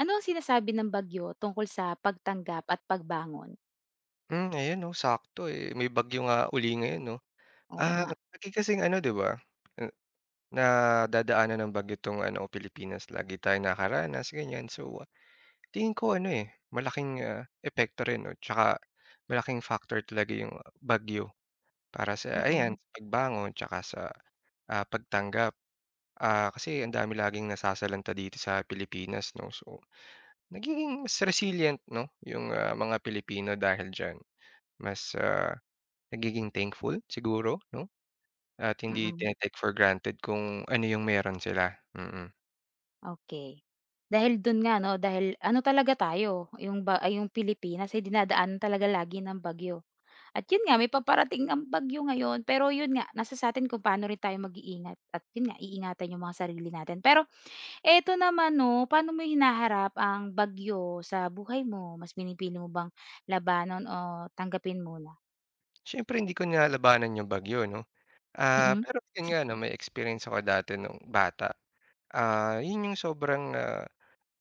Ano ang sinasabi ng bagyo tungkol sa pagtanggap at pagbangon? Ayan 'no, sakto, eh, may bagyo nga uli ngayon 'no. Oo Ah, nga, Lagi kasing ano 'di ba, na nadadaanan ng bagyo 'tong ano, Pilipinas, lagi tayong nakakaranas ganyan. So, tingin ko ano, eh, malaking, epekto rin 'no, tsaka malaking factor talaga yung bagyo para sa ayan, mm, sa pagbangon tsaka sa, pagtanggap. Kasi ang dami laging nasasalanta dito sa Pilipinas 'no, so nagiging mas resilient 'no, yung, mga Pilipino dahil diyan. Mas, nagiging thankful siguro 'no, at hindi mm, tine-take for granted kung ano yung meron sila, mm. okey. Dahil dun nga 'no, dahil ano talaga tayo, yung ba ay yung Pilipinas ay dinadaanan talaga lagi ng bagyo. At yun nga, may paparating ngang bagyo ngayon, pero yun nga, nasa sa'tin kung paano rin tayo mag-iingat at yun nga, iingatan yung mga sarili natin. Pero eto naman 'no, paano mo hinaharap ang bagyo sa buhay mo? Mas pinipili mo bang labanan o tanggapin muna? Siyempre hindi ko nilalabanan yung bagyo 'no, Mm, pero yun nga 'no, may experience ako dati nung bata, yun yung sobrang,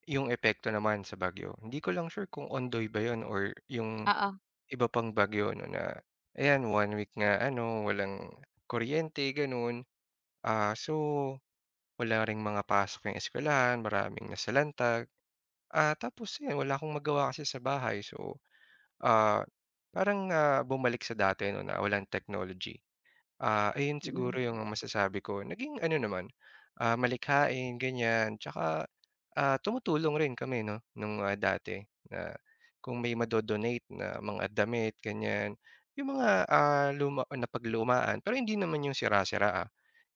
yung epekto naman sa bagyo. Hindi ko lang sure kung Ondoy ba yun or yung oo, iba pang bagyo 'no na ayan, one week nga ano, walang kuryente gano'n. So wala ring mga pasok yung eskwelahan, maraming nasalanta. Tapos ayan, wala akong magawa kasi sa bahay so, ah, parang, bumalik sa dati 'no na walang technology. Ayun mm, siguro yung masasabi ko. Naging ano naman, malikhain ganyan, tsaka, tumutulong rin kami 'no, nung, dati na kung may madodonate na mga damit ganyan, yung mga, luma napaglumaan pero hindi naman yung sira-sira, ah.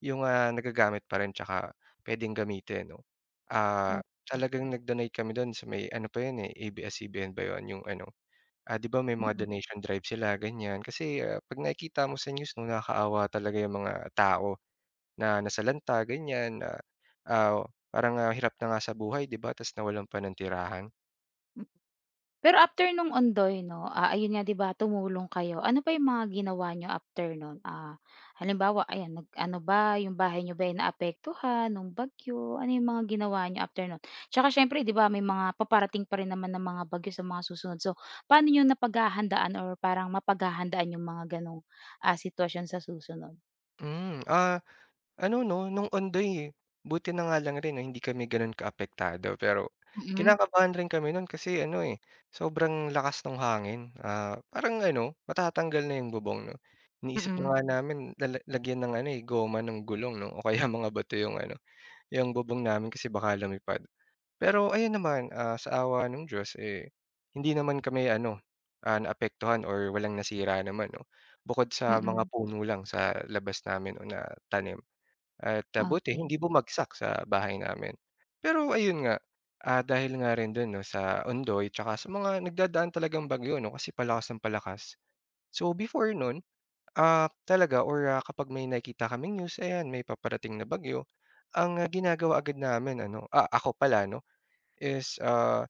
Yung, nagagamit pa rin tsaka puwedeng gamitin 'no. Okey. Talagang nag-donate kami dun sa may ano pa yun, eh, ABS-CBN ba yun, yung ano. 'Di ba may mga Mm, donation drive sila ganyan. Kasi, 'pag nakikita mo sa news 'no, nakakaawa talaga yung mga tao na nasalanta ganyan, na, ah, parang, hirap na nga sa buhay 'di ba, ta's nawalan pa ng tirahan. m pero after nung Ondoy 'no, ah, ayun nga 'di ba tumulong kayo, ano pa yung mga ginawa niyo after nun? Ah, halimbawa ayan nag-ano ba, yung bahay niyo ba ay naapektuhan nung bagyo? Ano yung mga ginawa niyo after nun? Tsaka siyempre 'di ba may mga paparating pa rin naman na mga bagyo sa mga susunod, so paano niyo napaghahandaan or parang mapaghahandaan yung mga ganong, sitwasyon sa susunod? Hmm, ah, ano 'no, nung Ondoy, buti na nga lang rin no, hindi kami gano'n kaapektado. Pero Mm, kinakabahan rin kami no'n kasi ano, eh, sobrang lakas nung hangin. Parang ano, matatanggal na yung bubong 'no. Iniisip mm, na nga namin lagyan ng ano, eh, goma ng gulong 'no o kaya mga bato yung ano. Yung bubong namin kasi baka lumipad. Pero ayan naman, sa awa ng Diyos, eh, hindi naman kami ano, naapektuhan or walang nasira naman 'no, bukod sa mga mm. puno lang sa labas namin o na tanim at, buti Okey. hindi bumagsak sa bahay namin. Pero ayun nga, dahil nga rin dun 'no sa Ondoy tsaka sa mga nagdadaan talagang bagyo 'no kasi palakas ng palakas. So before nun, talaga or, kapag may nakita kaming news, ayan may paparating na bagyo ang, ginagawa agad namin ano ako pala 'no, is,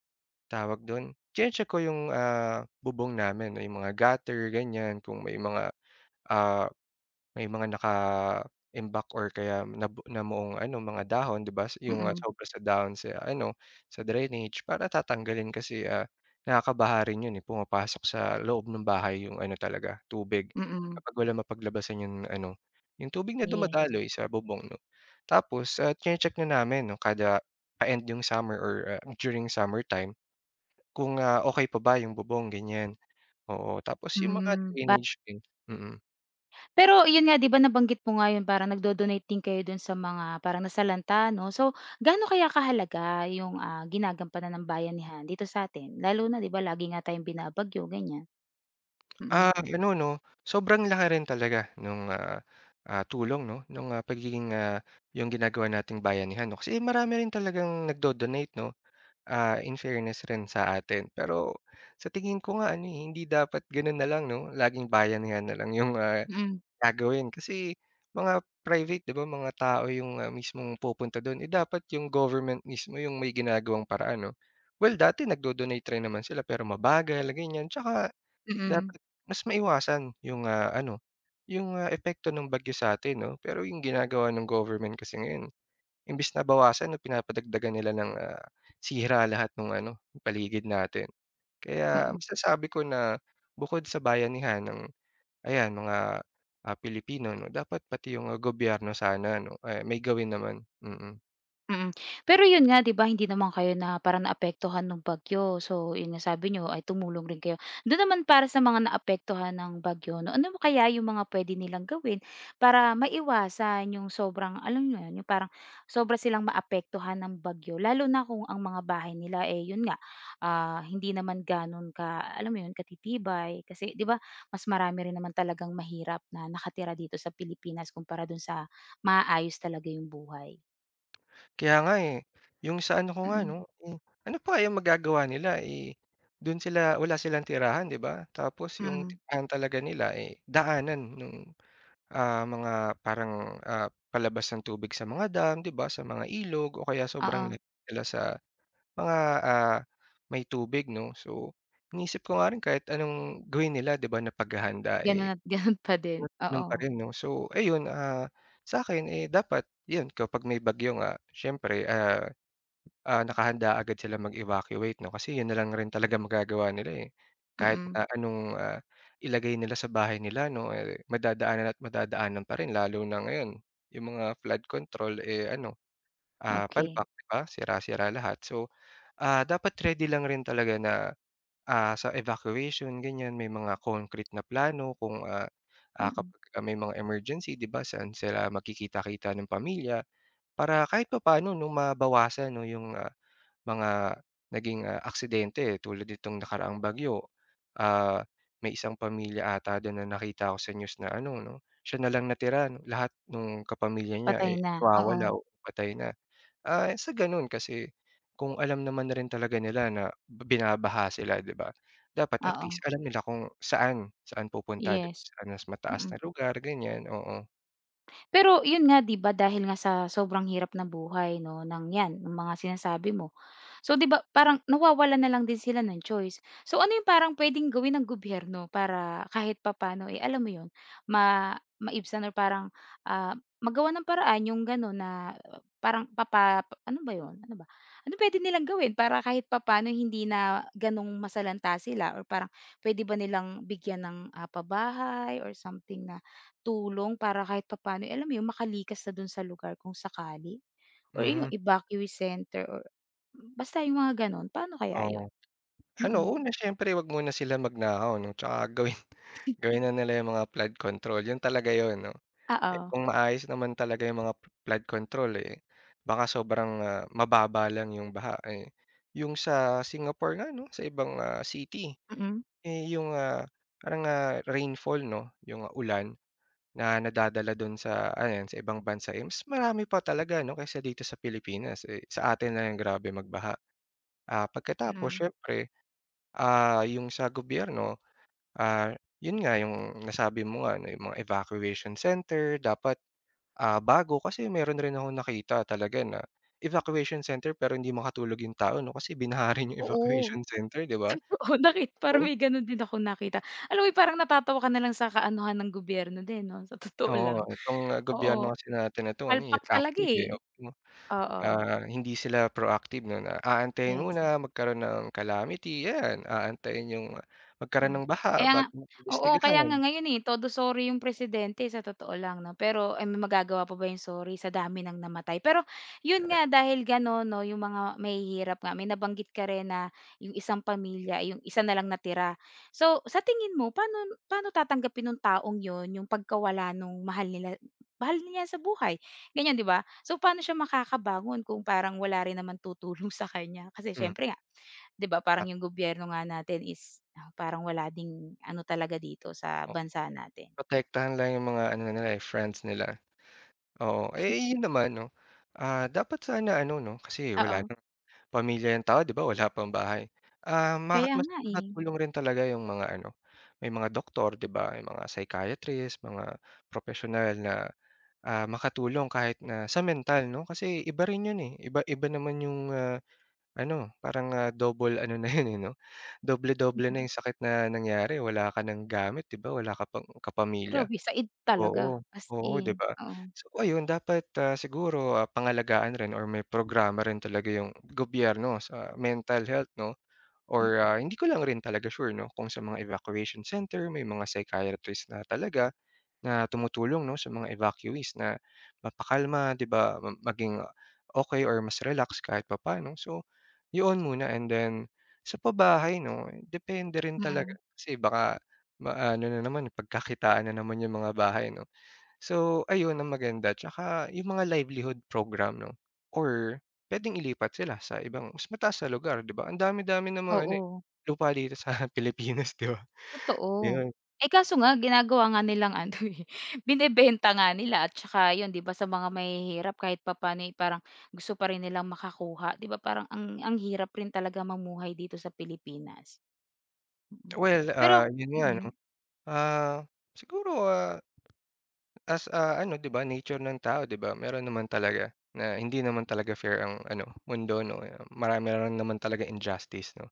tawag dun, chine-check ko yung, bubong namin, yung mga gutter, ganyan, kung may mga, ah may mga naka-imbak or kaya namuong ano, mga dahon, 'di ba, yung, Mm, sobra sa dahon sa ano, sa drainage para tatanggalin kasi, nakakabaha rin yun, eh, pumapasok sa loob ng bahay yung ano talaga, tubig. mm. Kapag walang mapaglabasan yung ano, yung tubig na Yes. dumadaloy sa bubong 'no. Tapos, chine-check na namin 'no kada pa-end yung summer or, during summertime kung, okey pa ba yung bubong, ganyan. Oo, tapos yung mga Hmm. Drainage din, mm. Pero yun nga 'di ba nabanggit mo nga yun parang nagdo-donate din kayo dun sa mga parang nasalanta 'no. So gaano kaya kahalaga yung, ginagampanan ng bayanihan dito sa'tin? Lalo na 'di ba lagi nga tayong binabagyo ganyan. Mm, Ano 'no, sobrang laki rin talaga nung, tulong 'no, nung, pagiging, yung ginagawa nating bayanihan 'no. Kasi marami rin talagang nagdo-donate 'no, in fairness rin sa atin. Pero sa tingin ko nga ano, eh, hindi dapat gano'n na lang 'no, laging bayanihan na lang yung, mm, gagawin. Kasi mga private 'di ba, mga tao yung, mismong pupunta do'n. Eh, dapat yung government mismo yung may ginagawang paraan 'no. Well, dati nagdo-donate rin naman sila pero mabagal, ganyan. Tsaka mm, dapat mas maiwasan yung, ano, yung, epekto ng bagyo sa'tin 'no. Pero yung ginagawa ng government kasi ngayon, imbes na bawasan 'no, pinapadagdagan nila ng, sira lahat nung ano, paligid natin. Kaya mm. masasabi ko na bukod sa bayanihan ng ayan mga, Pilipino 'no, dapat pati yung, gobyerno sana 'no, eh, may gawin naman. Mm. Mm. Pero yun nga 'di ba hindi naman kayo na parang naapektuhan ng bagyo. So yun nga sabi niyo ay tumulong rin kayo. Dun naman para sa mga naapektuhan ng bagyo 'no, ano kaya yung mga puwede nilang gawin para maiwasan yung sobrang alam mo yun, yung parang sobra silang maapektuhan ng bagyo lalo na kung ang mga bahay nila, eh, yun nga, hindi naman gano'n ka alam mo yun, katitibay. Kasi 'di ba mas marami rin naman talagang mahirap na nakatira dito sa Pilipinas kumpara dun sa maayos talaga yung buhay. Kaya nga, eh. Yung sa ano ko nga Mm. 'no, eh, ano pa kayang magagawa nila, eh, dun sila wala silang tirahan 'di ba? Tapos yung Mm, tirahan talaga nila, eh, daanan nung, mga parang, palabas ng tubig sa mga dam 'di ba, sa mga ilog o kaya sobrang oo. layo nila sa mga, ah, may tubig 'no. So, iniisip ko nga rin kahit anong gawin nila 'di ba na paghahanda, eh, Gano'n at gano'n pa din, ganun pa oo. rin 'no. So ayun, sa'kin, eh, dapat yun kapag may bagyo nga siyempre, nakahanda agad sila mag-evacuate 'no, kasi yun na lang rin talaga magagawa nila, eh. Kahit Mm, na anong, ilagay nila sa bahay nila 'no, eh, madadaanan at madadaanan pa rin lalo na ngayon yung mga flood control, eh, ano, okey, palpak 'di ba, sira-sira lahat. So, dapat ready lang rin talaga na, sa evacuation ganyan may mga concrete na plano kung, mm. kapag, may mga emergency 'di ba, saan sila magkikita-kita ng pamilya para kahit papaano 'no mabawasan 'no yung, mga naging, aksidente eh, tulad nitong nakaraang bagyo. Ah, May isang pamilya ata do'n na nakita ko sa news na ano 'no, siya na lang natira no? Lahat nung kapamilya niya, Patay eh, na, oo, nawawala o patay na. Sa gano'n kasi kung alam naman na rin talaga nila na binabaha sila 'di ba, dapat at least oo, alam nila kung saan, saan pupunta 'di ba, yes, saan mas mataas na mm. lugar ganyan, oo. Pero yun nga 'di ba dahil nga sa sobrang hirap na buhay 'no ng 'yan, ng mga sinasabi mo. So 'di ba parang nawawalan na lang din sila ng choice. So ano yung parang puwedeng gawin ng gobyerno para kahit papaano, eh, alam mo yun, maibsan or parang, ah, magawan ng paraan yung gano'n na parang ano ba yun, ano ba? Ano puwede nilang gawin para kahit papaano hindi na gano'ng masalanta sila or parang puwede ba nilang bigyan ng, pabahay or something na tulong para kahit papaano, eh, alam mo 'yun, makalikas na dun sa lugar kung sakali or yung Mhm, evacuee center or basta yung mga gano'n. Paano kaya 'yun? oo. Ano, Mm. una siyempre 'wag muna sila magnakaw 'no, 'tsaka gawin gawin na nila yung mga flood control, yun talaga yun 'no. Eh, Oo. kung maayos naman talaga yung mga flood control, eh, baka sobrang, mababa lang yung baha, eh, yung sa Singapore nga 'no, sa ibang, city, Mm, eh, yung, parang, rainfall 'no, yung ulan na nadadala dun sa ayan, sa ibang bansa, eh, mas marami pa talaga 'no, kaysa dito sa Pilipinas, eh, sa atin lang grabe magbaha. Pagkatapos mm. siyempre, yung sa gobyerno. Ah, Yun nga yung nasabi mo nga 'no, yung mga evacuation center dapat, bago kasi meron rin ako nakita talaga na evacuation center pero hindi makatulog yung tao 'no, kasi binaha rin yung Oo. evacuation center 'di ba? Oo, nakita parang Oo, may gano'n din akong nakita. Alam mo yung parang natatawa ka na lang sa kaanuhan ng gobyerno din 'no, sa totoo oo, lang. itong gobyerno Oo. kasi natin na 'to ano, eh, Palpak talaga, reactive, eh, eh. oo. Oo, Hindi sila proactive 'no, na aantayin yes. muna magkaroon ng calamity, 'yan, aantayin yung magkaroon Hmm, ng baha kaya nga bago oo, kaya imbestigahan. nga ngayon, eh, todo sorry yung presidente sa totoo lang 'no, pero, eh, may magagawa pa ba yung sorry sa dami ng namatay. Pero yun nga dahil gano'n 'no, yung mga mahihirap nga, may nabanggit ka rin na yung isang pamilya, yung isa na lang natira. So, sa tingin mo paano paano tatanggapin nung taong yun yung pagkawala nung mahal niya sa buhay, ganyan 'di ba? So, paano siya makakabangon kung parang wala rin naman tutulong sa kanya kasi Mm, siyempre. 'Di ba parang ah, yung gobyerno nga natin is parang wala ding ano talaga dito sa oh, bansa natin. protektahan lang yung mga ano nila, eh, friends nila. Oo, eh, yun naman 'no, dapat sana ano 'no, kasi wala Oo, ng pamilya yung tao 'di ba, wala pang bahay. Ah, ma kaya mas nga, eh. nakatulong rin talaga yung mga ano, may mga doktor 'di ba, yung mga psychiatrist, mga propesyonal na, makatulong kahit na sa mental 'no, kasi iba rin yun, eh, iba iba naman yung, ano parang, double ano na yun, eh, 'no, doble-doble Mm, na yung sakit na nangyari, wala ka ng gamit 'di ba, wala ka pang kapamilya. grabe said talaga Oo, as oo, in, 'di ba? oo. So ayun dapat, siguro, pangalagaan rin or may programa rin talaga yung gobyerno sa mental health 'no Mm, or, hindi ko lang rin talaga sure 'no kung sa mga evacuation center may mga psychiatrist na talaga na tumutulong 'no sa mga evacuees na mapakalma 'di ba, maging okey or mas relax kahit papaano. So yun muna and then sa pabahay 'no, depende rin talaga mm. kasi baka maano na naman, pagkakitaan na naman yung mga bahay 'no. So, ayun ang maganda tsaka yung mga livelihood program 'no or puwedeng ilipat sila sa ibang mas mataas na lugar, 'di ba? Ang dami-dami namang ano, eh, Oo, lupa dito sa Pilipinas, 'di ba? totoo. Ayun. Eh, kaso nga ginagawa nga nilang ano, eh, binebenta nga nila at saka yun 'di ba sa mga mahihirap kahit papaano, eh, parang gusto pa rin nilang makakuha 'di ba parang ang hirap rin talaga mamuhay dito sa Pilipinas. Mm, Well, pero yun nga 'no, mm. ah, siguro, as a ano, 'di ba, nature ng tao, 'di ba? Meron naman talaga na hindi naman talaga fair ang ano, mundo 'no, marami rin naman talaga injustice 'no.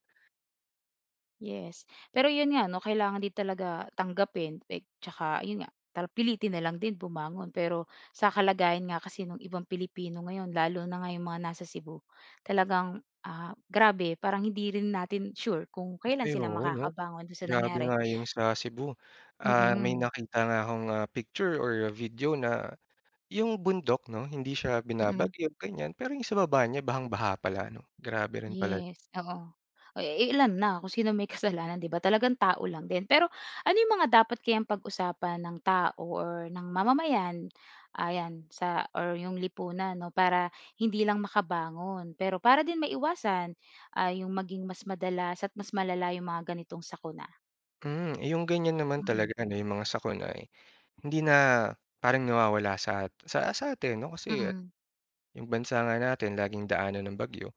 Yes. Pero yun nga 'no, kailangan din talaga tanggapin eh, tsaka yun nga, tara pilitin na lang din bumangon. Pero sa kalagayan nga kasi ng ibang Pilipino ngayon lalo na nga yung mga nasa Cebu, talagang, grabe parang hindi rin natin sure kung kailan Ay, sila oo 'no, makakabangon dun sa grabe nangyari. nga yung sa Cebu. May Mm, nakita nga akong, picture or video na yung bundok 'no, hindi siya mm. binabagyo ganyan, pero yung sa baba niya bahang-baha pala ano, grabe rin pala. Yes, oo. Eh, ilan na kung sino may kasalanan 'di ba, talagang tao lang din. Pero ano yung mga dapat kayang pag-usapan ng tao or ng mamamayan, ayan, sa or yung lipunan 'no, para hindi lang makabangon, pero para din maiwasan, yung maging mas madalas at mas malala yung mga ganitong sakuna? Mm, eh, yung ganyan naman talaga Mm, ano, yung mga sakuna, eh, hindi na parang nawawala sa atin 'no, kasi mm, yung bansa nga natin laging daanan ng bagyo.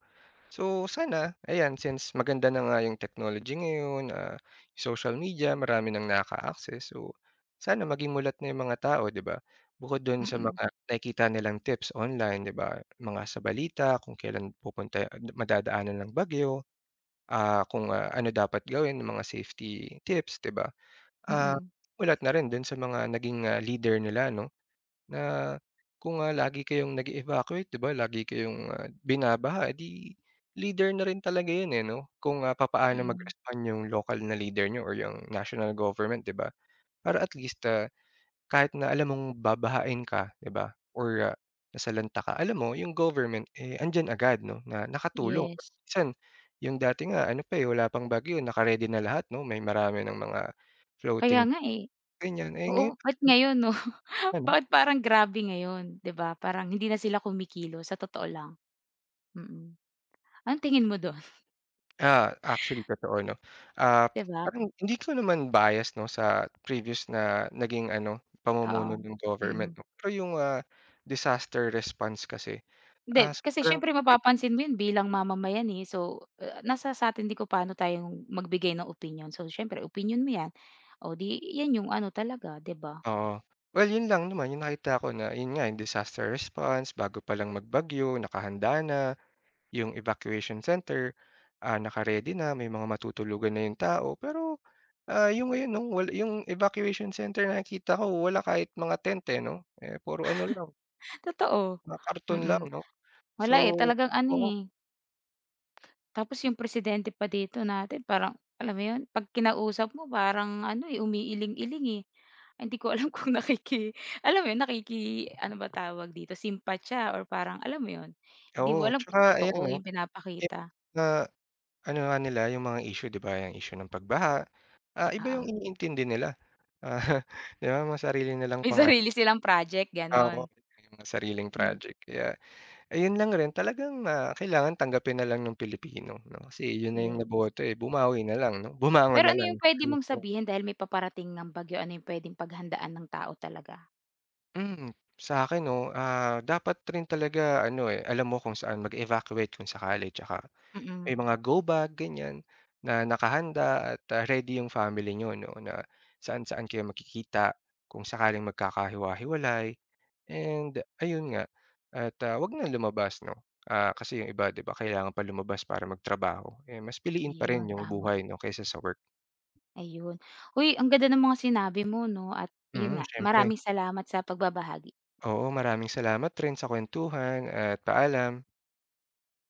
So sana, ayan, since maganda na nga yung technology ngayon, social media, marami ng nakaka-access. So sana maging mulat na yung mga tao, 'di ba? Bukod do'n sa mm, mga nakikita nilang tips online, 'di ba? Mga sa balita, kung kailan pupunta madadaanan ng bagyo, kung, ano dapat gawin, mga safety tips, 'di ba? mm, Ah, mm, Mulat na rin do'n sa mga naging, leader nila, 'no? Na kung, lagi kayong nag evacuate 'di ba, lagi kayong, binabaha, eh, 'di leader na rin talaga 'yun, eh, 'no? Kung, papaano mm. mag-respond yung lokal na leader nyo or yung national government 'di ba? Para at least, kahit na alam mong babahain ka 'di ba or, nasalanta ka, alam mo yung government, eh, andiyan agad 'no, na nakatulong. Yes. Minsan yung dati nga ano pa, eh, wala pang bagyo naka-ready na lahat 'no, may marami ng mga Kaya floating nga, eh. ganyan, eh, Oo, ngayon ba't ngayon 'no? ano. Bakit parang grabe ngayon, 'di ba? Parang hindi na sila kumikilo sa totoo lang, mm. Anong tingin mo dun, Actually totoo 'no. Ah, 'di ba? Parang hindi ko naman bias 'no sa previous na naging ano, Oo, pamumuno ng mm. government 'no. Pero yung, disaster response kasi, Hindi, kasi sobrang siyempre epek mapapansin mo yun bilang mamamayan, eh. So, nasa sa'tin din kung paano tayong magbigay ng opinyon. So, siyempre opinyon mo yan, o 'di yan yung ano talaga, 'di ba? oo. Well, yun lang naman yung nakita ko na yun nga, yung disaster response bago pa lang magbagyo nakahanda na, yung evacuation center, naka-ready na, may mga matutulugan na yung tao. Pero, yung ngayon 'no, yung evacuation center nakikita ko wala kahit mga tent, eh, 'no. Eh, puro ano lang Totoo, mga karton lang mm. 'no? So Wala, eh, talagang ano, oo, eh. Tapos yung presidente pa dito natin parang alam mo yun, 'pag kinausap mo parang ano, eh, umiiling-iling, eh. Hindi ko alam kung alam mo yun, nakiki ano ba tawag dito, simpatya or parang alam mo yun, di oo, mo alam tsaka kung ayan 'no, totoo yung eh, pinapakita, na ano nga nila yung mga issue 'di ba, yung issue ng pagbaha, iba yung oo. iniintindi nila. Ah, 'Di ba mga sarili nilang May pang ano, sarili silang project oo, gano'n. yung mga sariling Hmm, project. Kaya ayun lang rin talagang, kailangan tanggapin na lang ng Pilipino 'no, kasi yun na yung yes. naboto, eh, bumawi na lang 'no, bumangon Pero na ano lang. yung puwede mong sabihin dahil may paparating ngang bagyo, ano yung puwedeng paghandaan ng tao talaga? Mm, sa'kin 'no, dapat rin talaga ano, eh, alam mo kung saan mag-evacuate kung sakali tsaka Mm, may mga go bag ganyan, na nakahanda at, ready yung family niyo 'no, na saan-saan kayo makikita kung sakaling magkakahiwa-hiwalay and ayun nga at, 'wag na lumabas 'no. Kasi yung iba 'di ba kailangan pa lumabas para magtrabaho, eh, mas piliin pa rin yun, yung tama. buhay 'no kaysa sa work. Ayun. Uy, ang ganda ng mga sinabi mo 'no at yun Mm, nga, siyempre. maraming salamat sa pagbabahagi. Oo, maraming salamat rin sa kuwentuhan at paalam.